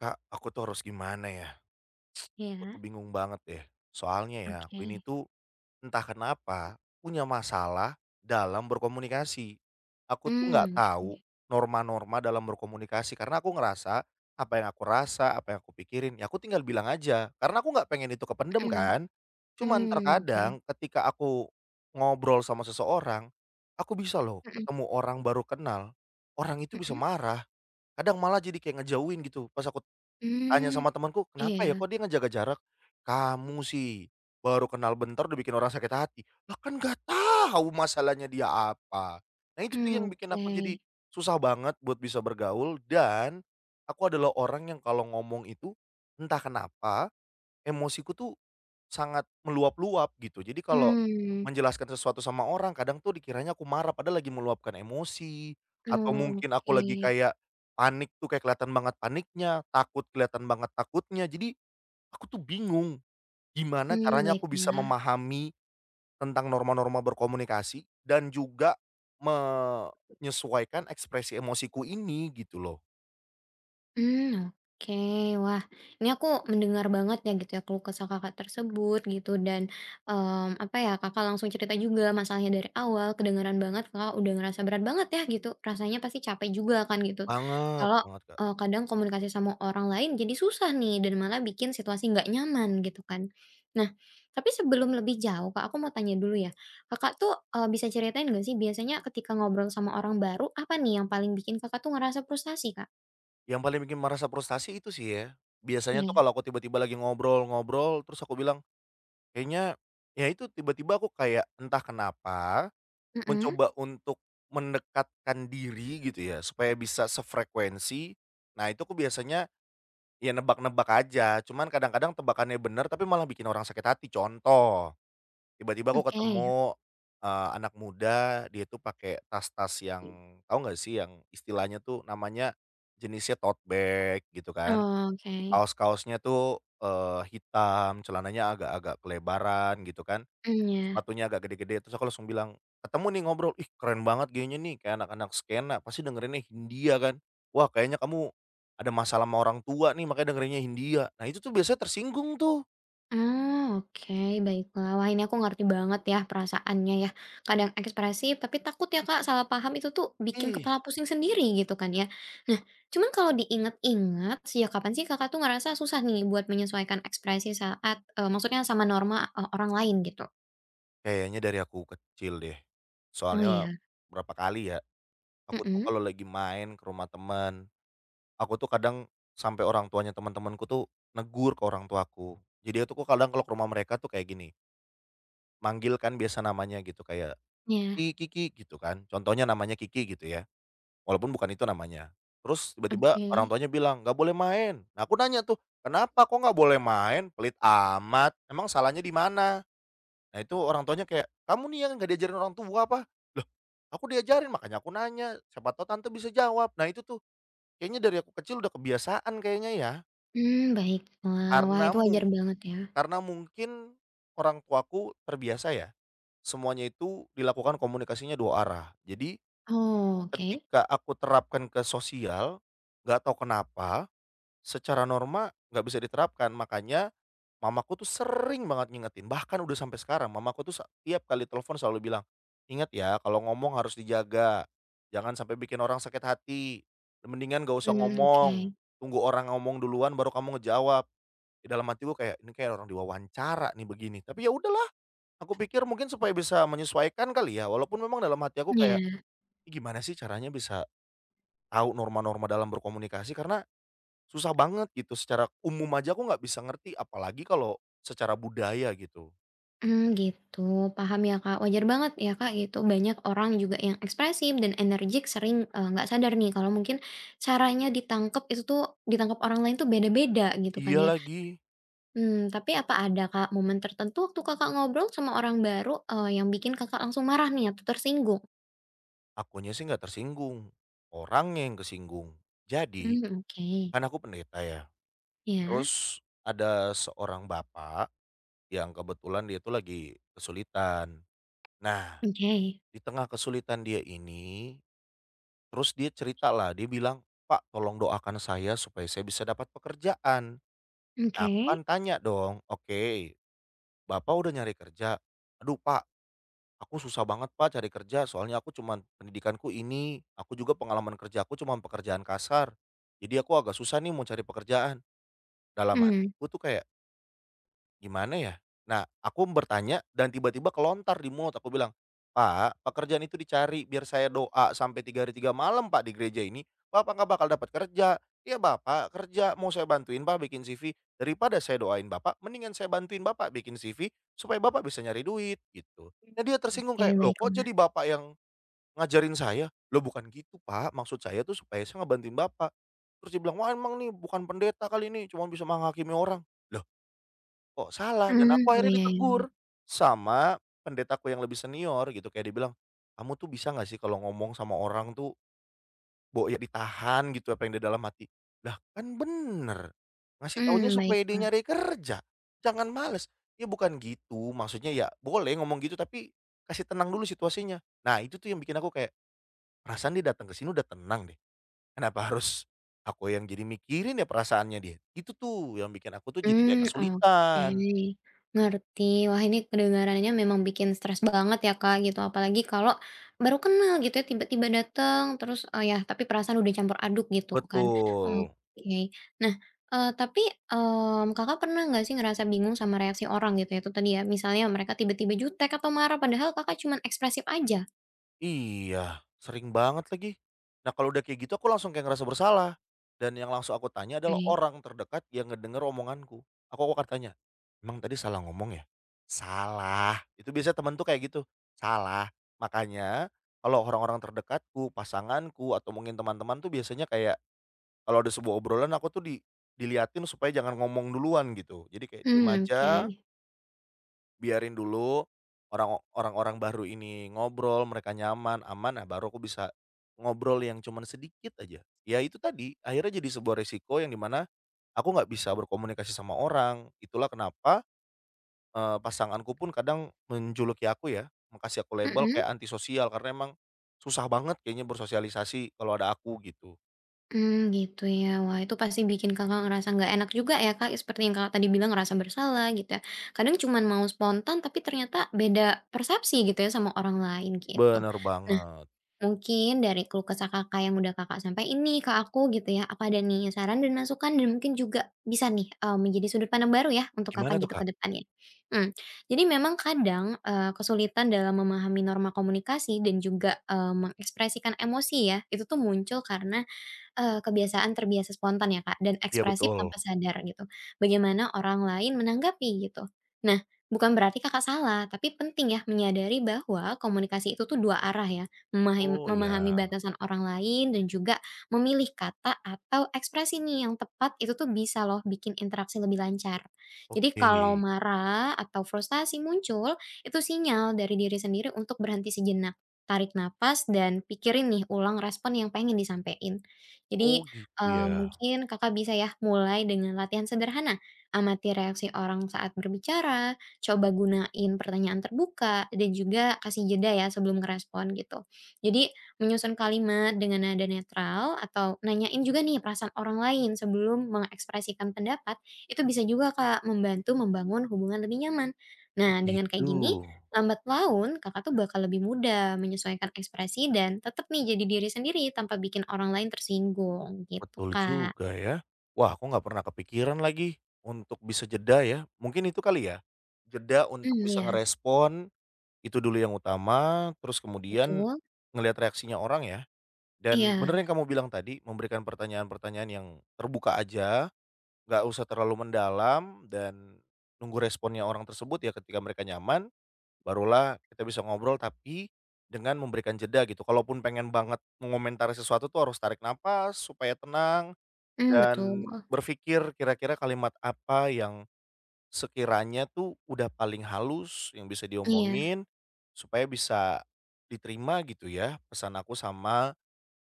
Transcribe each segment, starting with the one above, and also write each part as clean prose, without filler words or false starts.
Kak, aku tuh harus gimana ya? Aku tuh Iya, bingung banget deh. Soalnya ya, oke. aku ini tuh entah kenapa punya masalah dalam berkomunikasi. Aku tuh nggak Mmm, tahu oke. norma-norma dalam berkomunikasi karena aku ngerasa apa yang aku rasa, apa yang aku pikirin, ya aku tinggal bilang aja. Karena aku nggak pengen itu kependem Mhm, kan. Cuman mmm, oke. terkadang ketika aku ngobrol sama seseorang, aku bisa loh Mhm, ketemu orang baru kenal, orang itu bisa mhm, marah, kadang malah jadi kayak ngejauhin gitu pas aku tanya mmm, sama temanku, "Kenapa ya iya, kok dia ngejaga jarak?" "Kamu sih, baru kenal bentar udah bikin orang sakit hati." Lah kan nggak tahu masalahnya dia apa. Nah itu tuh mmm, yang bikin oke. aku jadi susah banget buat bisa bergaul, dan aku adalah orang yang kalau ngomong itu, entah kenapa emosiku tuh sangat meluap-luap gitu. Jadi kalau Mmm, menjelaskan sesuatu sama orang, kadang tuh dikiranya aku marah padahal lagi meluapkan emosi, atau oh, mungkin aku oke. lagi kayak panik tuh kayak kelihatan banget paniknya, takut kelihatan banget takutnya. Jadi aku tuh bingung gimana Mmm, caranya aku bisa baiklah. memahami tentang norma-norma berkomunikasi dan juga menyesuaikan ekspresi emosiku ini gitu loh. Hmm, oke. Wah, ini aku mendengar banget ya gitu ya keluh kesah Kakak tersebut gitu dan, apa ya, Kakak langsung cerita juga masalahnya dari awal, kedengaran banget Kakak udah ngerasa berat banget ya gitu, rasanya pasti capek juga kan gitu. Banget Kalau, banget, Kak. Kadang komunikasi sama orang lain jadi susah nih dan malah bikin situasi nggak nyaman gitu kan. Nah, tapi sebelum lebih jauh Kak, aku mau tanya dulu ya, Kakak tuh, bisa ceritain nggak sih biasanya ketika ngobrol sama orang baru, apa nih yang paling bikin Kakak tuh ngerasa frustasi, Kak? Yang paling bikin merasa frustasi itu sih ya. Biasanya tuh Iya. kalau aku tiba-tiba lagi ngobrol-ngobrol terus aku bilang, kayaknya, ya itu tiba-tiba aku kayak entah kenapa Mhm, mencoba untuk mendekatkan diri gitu ya, supaya bisa sefrekuensi. Nah, itu aku biasanya ya nebak-nebak aja, cuman kadang-kadang tebakannya bener tapi malah bikin orang sakit hati. Contoh, tiba-tiba aku oke. ketemu, anak muda, dia tuh pakai tas-tas yang tahu nggak sih yang istilahnya tuh namanya jenisnya tote bag gitu kan, Oke, kaos-kaosnya tuh, hitam, celananya agak-agak kelebaran gitu kan. mmm, ya. Sepatunya agak gede-gede, terus aku langsung bilang, ketemu nih ngobrol, "Ih keren banget gayanya nih, kayak anak-anak skena, pasti dengerinnya Hindia kan. Wah kayaknya kamu ada masalah sama orang tua nih makanya dengerinnya Hindia." Nah itu tuh biasanya tersinggung tuh. Oh, oke, baiklah. Wah, ini aku ngerti banget ya perasaannya ya. Kadang ekspresif, tapi takut ya, Kak, salah paham itu tuh bikin Ih, kepala pusing sendiri gitu kan ya. Nah, cuman kalau diingat-ingat, sejak kapan sih Kakak tuh ngerasa susah nih buat menyesuaikan ekspresi saat, maksudnya sama norma, orang lain gitu? kayaknya dari aku kecil deh. Oh Soalnya iya, berapa kali ya, aku tuh mhm, kalau lagi main ke rumah teman, aku tuh kadang sampai orang tuanya teman-temanku tuh negur ke orang tuaku. Jadi aku kadang kalau ke rumah mereka tuh kayak gini, manggil kan biasa namanya gitu kayak, iya, "Kiki, Kiki," gitu kan, contohnya namanya Kiki gitu ya, walaupun bukan itu namanya. Terus tiba-tiba orang oke. tuanya bilang, "Nggak boleh main." Nah aku nanya tuh, "Kenapa kok nggak boleh main? Pelit amat, emang salahnya di mana?" Nah itu orang tuanya kayak, "Kamu nih yang nggak diajarin orang tua apa?" Loh, aku diajarin makanya aku nanya, siapa tahu tante bisa jawab. Nah itu tuh kayaknya dari aku kecil udah kebiasaan kayaknya ya, Mmm, baiklah. Wah, karena itu wajar mung banget ya. karena mungkin orang tuaku terbiasa ya. Semuanya itu dilakukan komunikasinya dua arah. Jadi Oh, oke. ketika aku terapkan ke sosial, nggak tahu kenapa secara norma nggak bisa diterapkan. Makanya mamaku tuh sering banget ngingetin, bahkan udah sampai sekarang mamaku tuh tiap kali telepon selalu bilang, "Ingat ya kalau ngomong harus dijaga. Jangan sampai bikin orang sakit hati. Mendingan gak usah Mmm, oke. ngomong. Tunggu orang ngomong duluan baru kamu ngejawab." Di dalam hati gue kayak ini kayak orang diwawancara nih begini. Tapi ya udahlah. Aku pikir mungkin supaya bisa menyesuaikan kali ya, walaupun memang dalam hati aku kayak, Iya. "Ih, gimana sih caranya bisa tahu norma-norma dalam berkomunikasi?" Karena susah banget gitu, secara umum aja aku nggak bisa ngerti, apalagi kalau secara budaya gitu. Hmm, gitu. Paham ya, Kak. Wajar banget ya, Kak, gitu. Banyak orang juga yang ekspresif dan energik sering, nggak sadar nih kalau mungkin caranya ditangkap itu tuh ditangkap orang lain tuh beda-beda gitu kan Iya ya. lagi, Hmm. Tapi apa ada, Kak, momen tertentu waktu Kakak ngobrol sama orang baru, yang bikin Kakak langsung marah nih atau tersinggung? akunya sih nggak tersinggung, orangnya yang kesinggung. Jadi, Hmm. Oke. kan aku pendeta ya, Ya. terus ada seorang bapak yang kebetulan dia itu lagi kesulitan. Nah, Oke. di tengah kesulitan dia ini terus dia cerita lah, dia bilang, "Pak, tolong doakan saya supaya saya bisa dapat pekerjaan." Nah, aku Oke. kan tanya dong, "Oke, Bapak udah nyari kerja?" "Aduh, Pak, aku susah banget, Pak, cari kerja. Soalnya aku cuman pendidikanku ini, aku juga pengalaman kerja aku cuman pekerjaan kasar. Jadi aku agak susah nih mau cari pekerjaan." Dalam Hmm. hatiku tuh kayak, gimana ya? Nah, aku bertanya dan tiba-tiba kelontar di mulut, aku bilang, "Pak, pekerjaan itu dicari, biar saya doa sampai 3 hari 3 malam Pak di gereja ini, Bapak nggak bakal dapat kerja." "Iya Bapak kerja, mau saya bantuin Pak bikin CV?" "Daripada saya doain Bapak, mendingan saya bantuin Bapak bikin CV supaya Bapak bisa nyari duit." Gitu. Nah dia tersinggung Oke, kayak, "Loh kok baiklah. jadi Bapak yang ngajarin saya?" "Loh bukan gitu Pak, maksud saya tuh supaya saya ngebantuin Bapak." Terus dia bilang, "Wah emang nih bukan pendeta kali ini, cuma bisa menghakimi orang." Loh kok salah? Dan aku Hmm. Oh, akhirnya ya, ya. ditegur sama pendetaku yang lebih senior gitu, kayak dibilang, "Kamu tuh bisa nggak sih kalau ngomong sama orang tuh ya ditahan gitu apa yang di dalam hati?" Lah kan bener, ngasih taunya Mmm, supaya dia baiklah. nyari kerja, jangan males. Ya bukan gitu, maksudnya ya boleh ngomong gitu tapi kasih tenang dulu situasinya. Nah itu tuh yang bikin aku kayak, "Perasaan dia datang ke sini udah tenang deh, kenapa harus aku yang jadi mikirin ya perasaannya dia?" Itu tuh yang bikin aku tuh jadi kayak Mmm, oke. kesulitan. Ngerti. Wah, ini kedengarannya memang bikin stres banget ya, Kak, gitu. Apalagi kalau baru kenal gitu ya, tiba-tiba datang, terus, ya tapi perasaan udah campur aduk gitu kan. Betul. Oke. Nah, tapi, Kakak pernah nggak sih ngerasa bingung sama reaksi orang gitu ya, itu tadi ya, misalnya mereka tiba-tiba jutek atau marah padahal Kakak cuman ekspresif aja? Iya, sering banget lagi. Nah, kalau udah kayak gitu aku langsung kayak ngerasa bersalah, dan yang langsung aku tanya adalah Oke. orang terdekat yang ngedenger omonganku. Aku akan tanya, "Emang tadi salah ngomong ya?" "Salah." Itu biasanya temen tuh kayak gitu, "Salah." Makanya kalau orang-orang terdekatku, pasanganku, atau mungkin teman-teman tuh biasanya kayak kalau ada sebuah obrolan aku tuh dilihatin supaya jangan ngomong duluan gitu. Jadi kayak diem Mmm, oke. aja. Biarin dulu orang orang-orang baru ini ngobrol, mereka nyaman, aman, nah baru aku bisa ngobrol yang cuman sedikit aja. Ya itu tadi, akhirnya jadi sebuah resiko yang dimana aku nggak bisa berkomunikasi sama orang. Itulah kenapa, pasanganku pun kadang menjuluki aku ya, kasih aku label Mhm. kayak antisosial karena emang susah banget kayaknya bersosialisasi kalau ada aku gitu. Hmm, gitu ya. Wah, itu pasti bikin Kakak ngerasa nggak enak juga ya, Kak, seperti yang Kakak tadi bilang ngerasa bersalah gitu ya. Kadang cuman mau spontan tapi ternyata beda persepsi gitu ya sama orang lain gitu. Bener Nah, banget. mungkin dari keluh kesah Kakak yang udah Kakak sampaiin ini ke aku gitu ya, apa ada nih saran dan masukan dan mungkin juga bisa nih, menjadi sudut pandang baru ya untuk Gimana Kakak tuh, gitu ke Kak? depannya. Hmm. Jadi memang kadang, kesulitan dalam memahami norma komunikasi dan juga, mengekspresikan emosi ya, itu tuh muncul karena kebiasaan terbiasa spontan ya Kak, dan Iya ekspresif betul. tanpa sadar gitu, bagaimana orang lain menanggapi gitu. Nah, bukan berarti Kakak salah, tapi penting ya menyadari bahwa komunikasi itu tuh 2 arah ya, Oh memahami iya, batasan orang lain dan juga memilih kata atau ekspresi nih yang tepat itu tuh bisa loh bikin interaksi lebih lancar. Jadi oke. kalau marah atau frustasi muncul, itu sinyal dari diri sendiri untuk berhenti sejenak, tarik napas dan pikirin nih ulang respon yang pengen disampein. Oh Jadi, gitu ya? mungkin Kakak bisa ya mulai dengan latihan sederhana, amati reaksi orang saat berbicara, coba gunain pertanyaan terbuka, dan juga kasih jeda ya sebelum ngerespon gitu. Jadi, menyusun kalimat dengan nada netral atau nanyain juga nih perasaan orang lain sebelum mengekspresikan pendapat, itu bisa juga Kak membantu membangun hubungan lebih nyaman. Oh Nah, dengan kayak gitu. gini, lambat laun, Kakak tuh bakal lebih mudah menyesuaikan ekspresi dan tetap nih jadi diri sendiri tanpa bikin orang lain tersinggung, gitu, Betul Kak. juga ya. Wah, aku nggak pernah kepikiran lagi untuk bisa jeda ya. Mungkin itu kali ya, jeda untuk Hmm, bisa ya, ngerespon itu dulu yang utama, terus kemudian betul. ngelihat reaksinya orang ya. Iya, Dan bener yang kamu bilang tadi, memberikan pertanyaan-pertanyaan yang terbuka aja, nggak usah terlalu mendalam dan nunggu responnya orang tersebut ya ketika mereka nyaman, barulah kita bisa ngobrol tapi dengan memberikan jeda gitu. Kalaupun pengen banget mengomentari sesuatu tuh harus tarik napas supaya tenang, hmm, betul. dan berpikir kira-kira kalimat apa yang sekiranya tuh udah paling halus yang bisa Iya, diomongin, supaya bisa diterima gitu ya pesan aku sama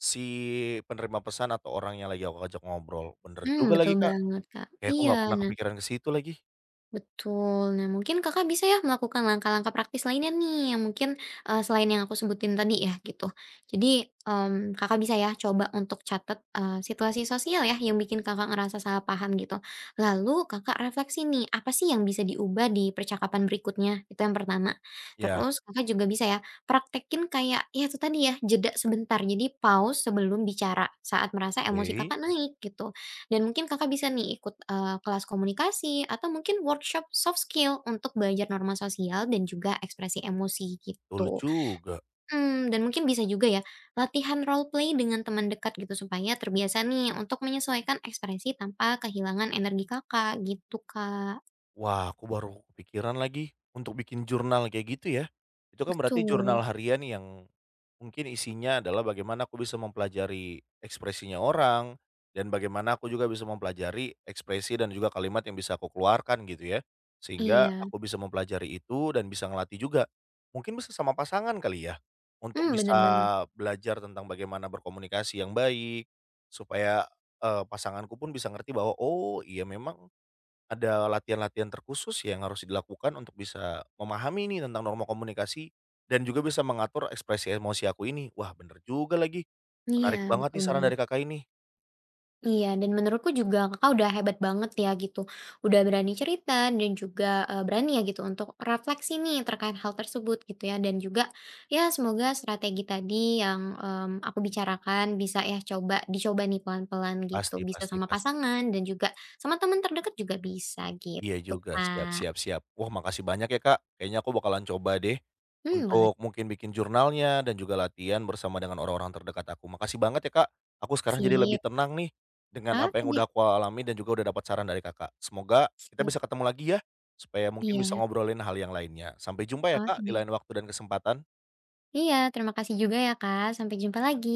si penerima pesan atau orang yang lagi aku ajak ngobrol. Bener hmm, juga betul lagi, Kak, banget, Kak. kayak aku Iya, nggak pernah nah, kepikiran ke situ lagi. betul. Nah, mungkin Kakak bisa ya melakukan langkah-langkah praktis lainnya nih yang mungkin, selain yang aku sebutin tadi ya, gitu. Jadi, Kakak bisa ya coba untuk catat, situasi sosial ya yang bikin Kakak ngerasa salah paham gitu. Lalu Kakak refleksi nih, apa sih yang bisa diubah di percakapan berikutnya? Itu yang pertama. Ya, Terus Kakak juga bisa ya praktekin kayak ya itu tadi ya, jeda sebentar. Jadi pause sebelum bicara saat merasa emosi oke, Kakak naik gitu. Dan mungkin Kakak bisa nih ikut, kelas komunikasi atau mungkin workshop soft skill untuk belajar norma sosial dan juga ekspresi emosi betul gitu. juga. Hmm. Dan mungkin bisa juga ya latihan role play dengan teman dekat gitu supaya terbiasa nih untuk menyesuaikan ekspresi tanpa kehilangan energi Kakak gitu, Kak. Wah, aku baru kepikiran lagi untuk bikin jurnal kayak gitu ya. Itu kan berarti Betul, jurnal harian yang mungkin isinya adalah bagaimana aku bisa mempelajari ekspresinya orang dan bagaimana aku juga bisa mempelajari ekspresi dan juga kalimat yang bisa aku keluarkan gitu ya. Sehingga iya, aku bisa mempelajari itu dan bisa ngelatih juga. Mungkin bisa sama pasangan kali ya untuk hmm, bisa bener banget. belajar tentang bagaimana berkomunikasi yang baik supaya, pasanganku pun bisa ngerti bahwa, "Oh, iya memang ada latihan-latihan terkhusus yang harus dilakukan untuk bisa memahami nih tentang norma komunikasi dan juga bisa mengatur ekspresi emosi aku ini. Wah, bener juga lagi. Iya, Menarik banget betul nih saran banget. dari Kakak ini. Iya, dan menurutku juga Kakak udah hebat banget ya gitu. Udah berani cerita dan juga, berani ya gitu untuk refleksi nih terkait hal tersebut gitu ya dan juga ya semoga strategi tadi yang, aku bicarakan bisa ya coba dicoba nih pelan-pelan gitu. Pasti, Bisa pasti, sama pasti. pasangan dan juga sama teman terdekat juga bisa Iya gitu, juga, siap, Kak. siap, siap. Wah, makasih banyak ya, Kak. Kayaknya aku bakalan coba deh Hmm, boleh. untuk mungkin bikin jurnalnya dan juga latihan bersama dengan orang-orang terdekat aku. Makasih banget ya, Kak. Aku sekarang jadi lebih Sip. tenang nih dengan apa Oke yang deh, udah aku alami dan juga udah dapat saran dari Kakak. Semoga kita sip. bisa ketemu lagi ya, supaya mungkin bisa Iya, ngobrolin hal yang lainnya. Sampai jumpa ya, oke Kak, di deh. lain waktu dan kesempatan. Iya, terima kasih juga ya, Kak. Sampai jumpa lagi.